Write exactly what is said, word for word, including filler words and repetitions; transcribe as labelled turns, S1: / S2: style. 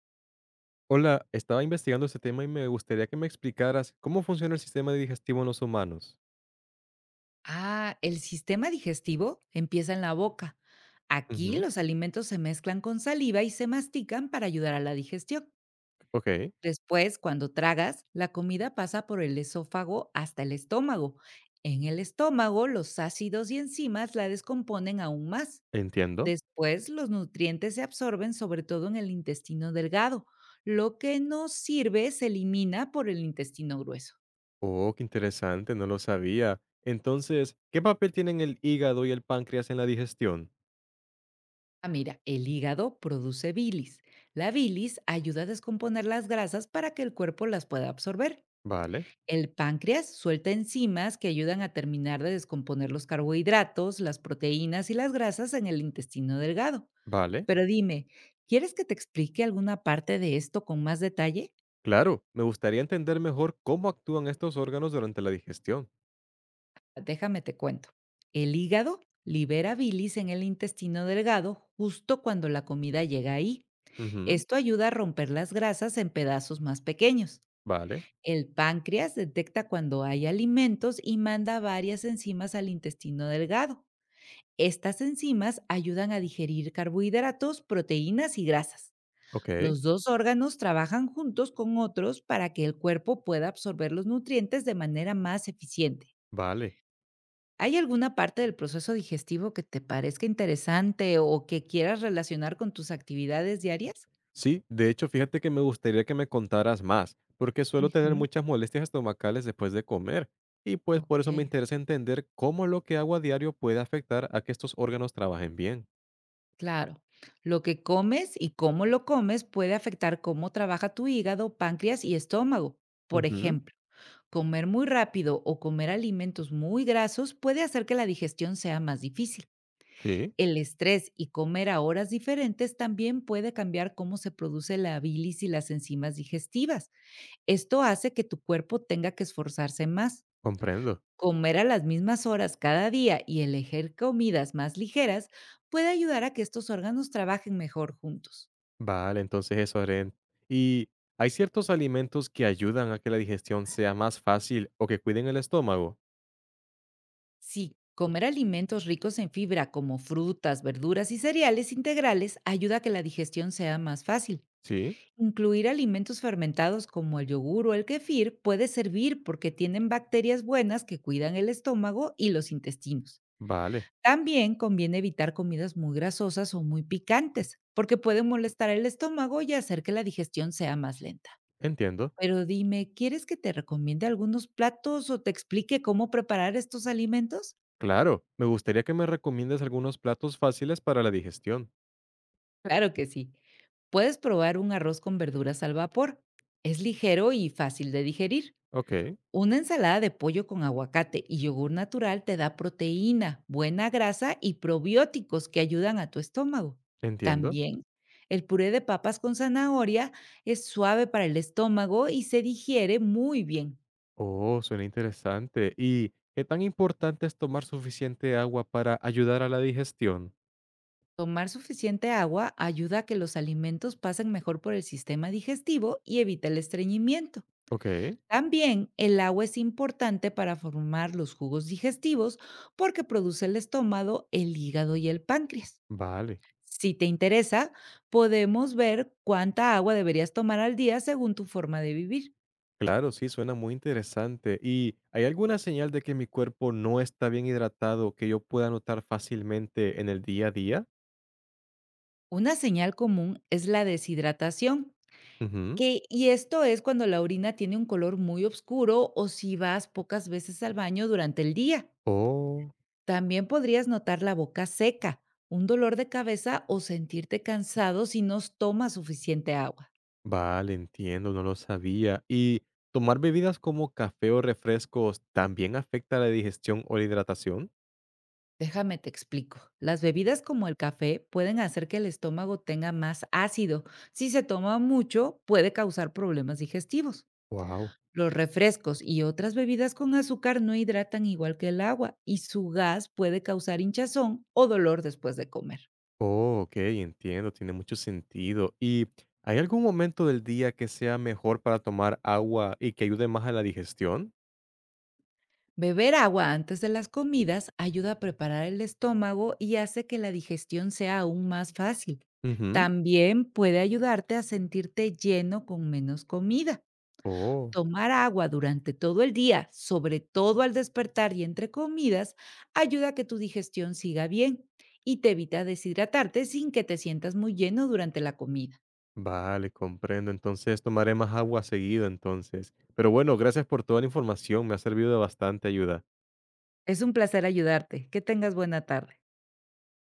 S1: Hola, estaba investigando este tema y me gustaría que me explicaras cómo funciona el sistema digestivo en los humanos.
S2: Ah, el sistema digestivo empieza en la boca. Aquí
S1: Ujú.
S2: los alimentos se mezclan con saliva y se mastican para ayudar a la digestión.
S1: Ok,
S2: Después, cuando tragas, la comida pasa por el esófago hasta el estómago. En el estómago, los ácidos y enzimas la descomponen aún más.
S1: entiendo.
S2: Después, los nutrientes se absorben sobre todo en el intestino delgado. Lo que no sirve se elimina por el intestino grueso.
S1: Oh, qué interesante, no lo sabía. Entonces, ¿qué papel tienen el hígado y el páncreas en la digestión?
S2: Ah, mira, el hígado produce bilis. La bilis ayuda a descomponer las grasas para que el cuerpo las pueda absorber.
S1: Vale,
S2: El páncreas suelta enzimas que ayudan a terminar de descomponer los carbohidratos, las proteínas y las grasas en el intestino delgado.
S1: vale.
S2: Pero dime, ¿quieres que te explique alguna parte de esto con más detalle?
S1: Claro, me gustaría entender mejor cómo actúan estos órganos durante la digestión.
S2: Déjame te cuento. El hígado libera bilis en el intestino delgado justo cuando la comida llega ahí.
S1: Ujú.
S2: Esto ayuda a romper las grasas en pedazos más pequeños.
S1: Vale,
S2: El páncreas detecta cuando hay alimentos y manda varias enzimas al intestino delgado. Estas enzimas ayudan a digerir carbohidratos, proteínas y grasas.
S1: ok.
S2: Los dos órganos trabajan juntos con otros para que el cuerpo pueda absorber los nutrientes de manera más eficiente.
S1: Vale,
S2: ¿Hay alguna parte del proceso digestivo que te parezca interesante o que quieras relacionar con tus actividades diarias?
S1: sí, de hecho, fíjate que me gustaría que me contaras más, porque suelo tener
S2: Ujú.
S1: muchas molestias estomacales después de comer, y pues por eso me
S2: Ok.
S1: interesa entender cómo lo que hago a diario puede afectar a que estos órganos trabajen bien.
S2: Claro, lo que comes y cómo lo comes puede afectar cómo trabaja tu hígado, páncreas y estómago. Por
S1: Ujú.
S2: ejemplo, comer muy rápido o comer alimentos muy grasos puede hacer que la digestión sea más difícil.
S1: Sí,
S2: El estrés y comer a horas diferentes también puede cambiar cómo se produce la bilis y las enzimas digestivas. Esto hace que tu cuerpo tenga que esforzarse más.
S1: comprendo.
S2: Comer a las mismas horas cada día y elegir comidas más ligeras puede ayudar a que estos órganos trabajen mejor juntos.
S1: Vale, entonces eso haré. ¿Y hay ciertos alimentos que ayudan a que la digestión sea más fácil o que cuiden el estómago?
S2: Sí, comer alimentos ricos en fibra como frutas, verduras y cereales integrales ayuda a que la digestión sea más fácil.
S1: Sí,
S2: Incluir alimentos fermentados como el yogur o el kefir puede servir porque tienen bacterias buenas que cuidan el estómago y los intestinos.
S1: vale,
S2: También conviene evitar comidas muy grasosas o muy picantes, porque pueden molestar el estómago y hacer que la digestión sea más lenta.
S1: entiendo.
S2: Pero dime, ¿quieres que te recomiende algunos platos o te explique cómo preparar estos alimentos?
S1: Claro, me gustaría que me recomiendes algunos platos fáciles para la digestión.
S2: Claro que sí. Puedes probar un arroz con verduras al vapor. Es ligero y fácil de digerir.
S1: Ok,
S2: Una ensalada de pollo con aguacate y yogur natural te da proteína, buena grasa y probióticos que ayudan a tu estómago.
S1: entiendo.
S2: También, el puré de papas con zanahoria es suave para el estómago y se digiere muy bien.
S1: Oh, suena interesante. ¿Y qué tan importante es tomar suficiente agua para ayudar a la digestión?
S2: Tomar suficiente agua ayuda a que los alimentos pasen mejor por el sistema digestivo y evita el estreñimiento.
S1: Ok,
S2: También el agua es importante para formar los jugos digestivos porque produce el estómago, el hígado y el páncreas.
S1: vale.
S2: Si te interesa, podemos ver cuánta agua deberías tomar al día según tu forma de vivir.
S1: Claro, sí, suena muy interesante. ¿Y hay alguna señal de que mi cuerpo no está bien hidratado que yo pueda notar fácilmente en el día a día?
S2: Una señal común es la deshidratación,
S1: Ujú.
S2: que, y esto es cuando la orina tiene un color muy oscuro o si vas pocas veces al baño durante el día.
S1: Oh,
S2: También podrías notar la boca seca, un dolor de cabeza o sentirte cansado si no tomas suficiente agua.
S1: vale, entiendo, no lo sabía. ¿Y tomar bebidas como café o refrescos también afecta la digestión o la hidratación?
S2: Déjame te explico. Las bebidas como el café pueden hacer que el estómago tenga más ácido. Si se toma mucho, puede causar problemas digestivos.
S1: Wow.
S2: Los refrescos y otras bebidas con azúcar no hidratan igual que el agua y su gas puede causar hinchazón o dolor después de comer.
S1: Oh, ok, entiendo, tiene mucho sentido. ¿Y hay algún momento del día que sea mejor para tomar agua y que ayude más a la digestión?
S2: Beber agua antes de las comidas ayuda a preparar el estómago y hace que la digestión sea aún más fácil.
S1: Ujú.
S2: También puede ayudarte a sentirte lleno con menos comida.
S1: Oh,
S2: Tomar agua durante todo el día, sobre todo al despertar y entre comidas, ayuda a que tu digestión siga bien y te evita deshidratarte sin que te sientas muy lleno durante la comida.
S1: vale, comprendo. Entonces tomaré más agua seguido entonces. Pero bueno, gracias por toda la información, me ha servido de bastante ayuda.
S2: Es un placer ayudarte. Que tengas buena tarde.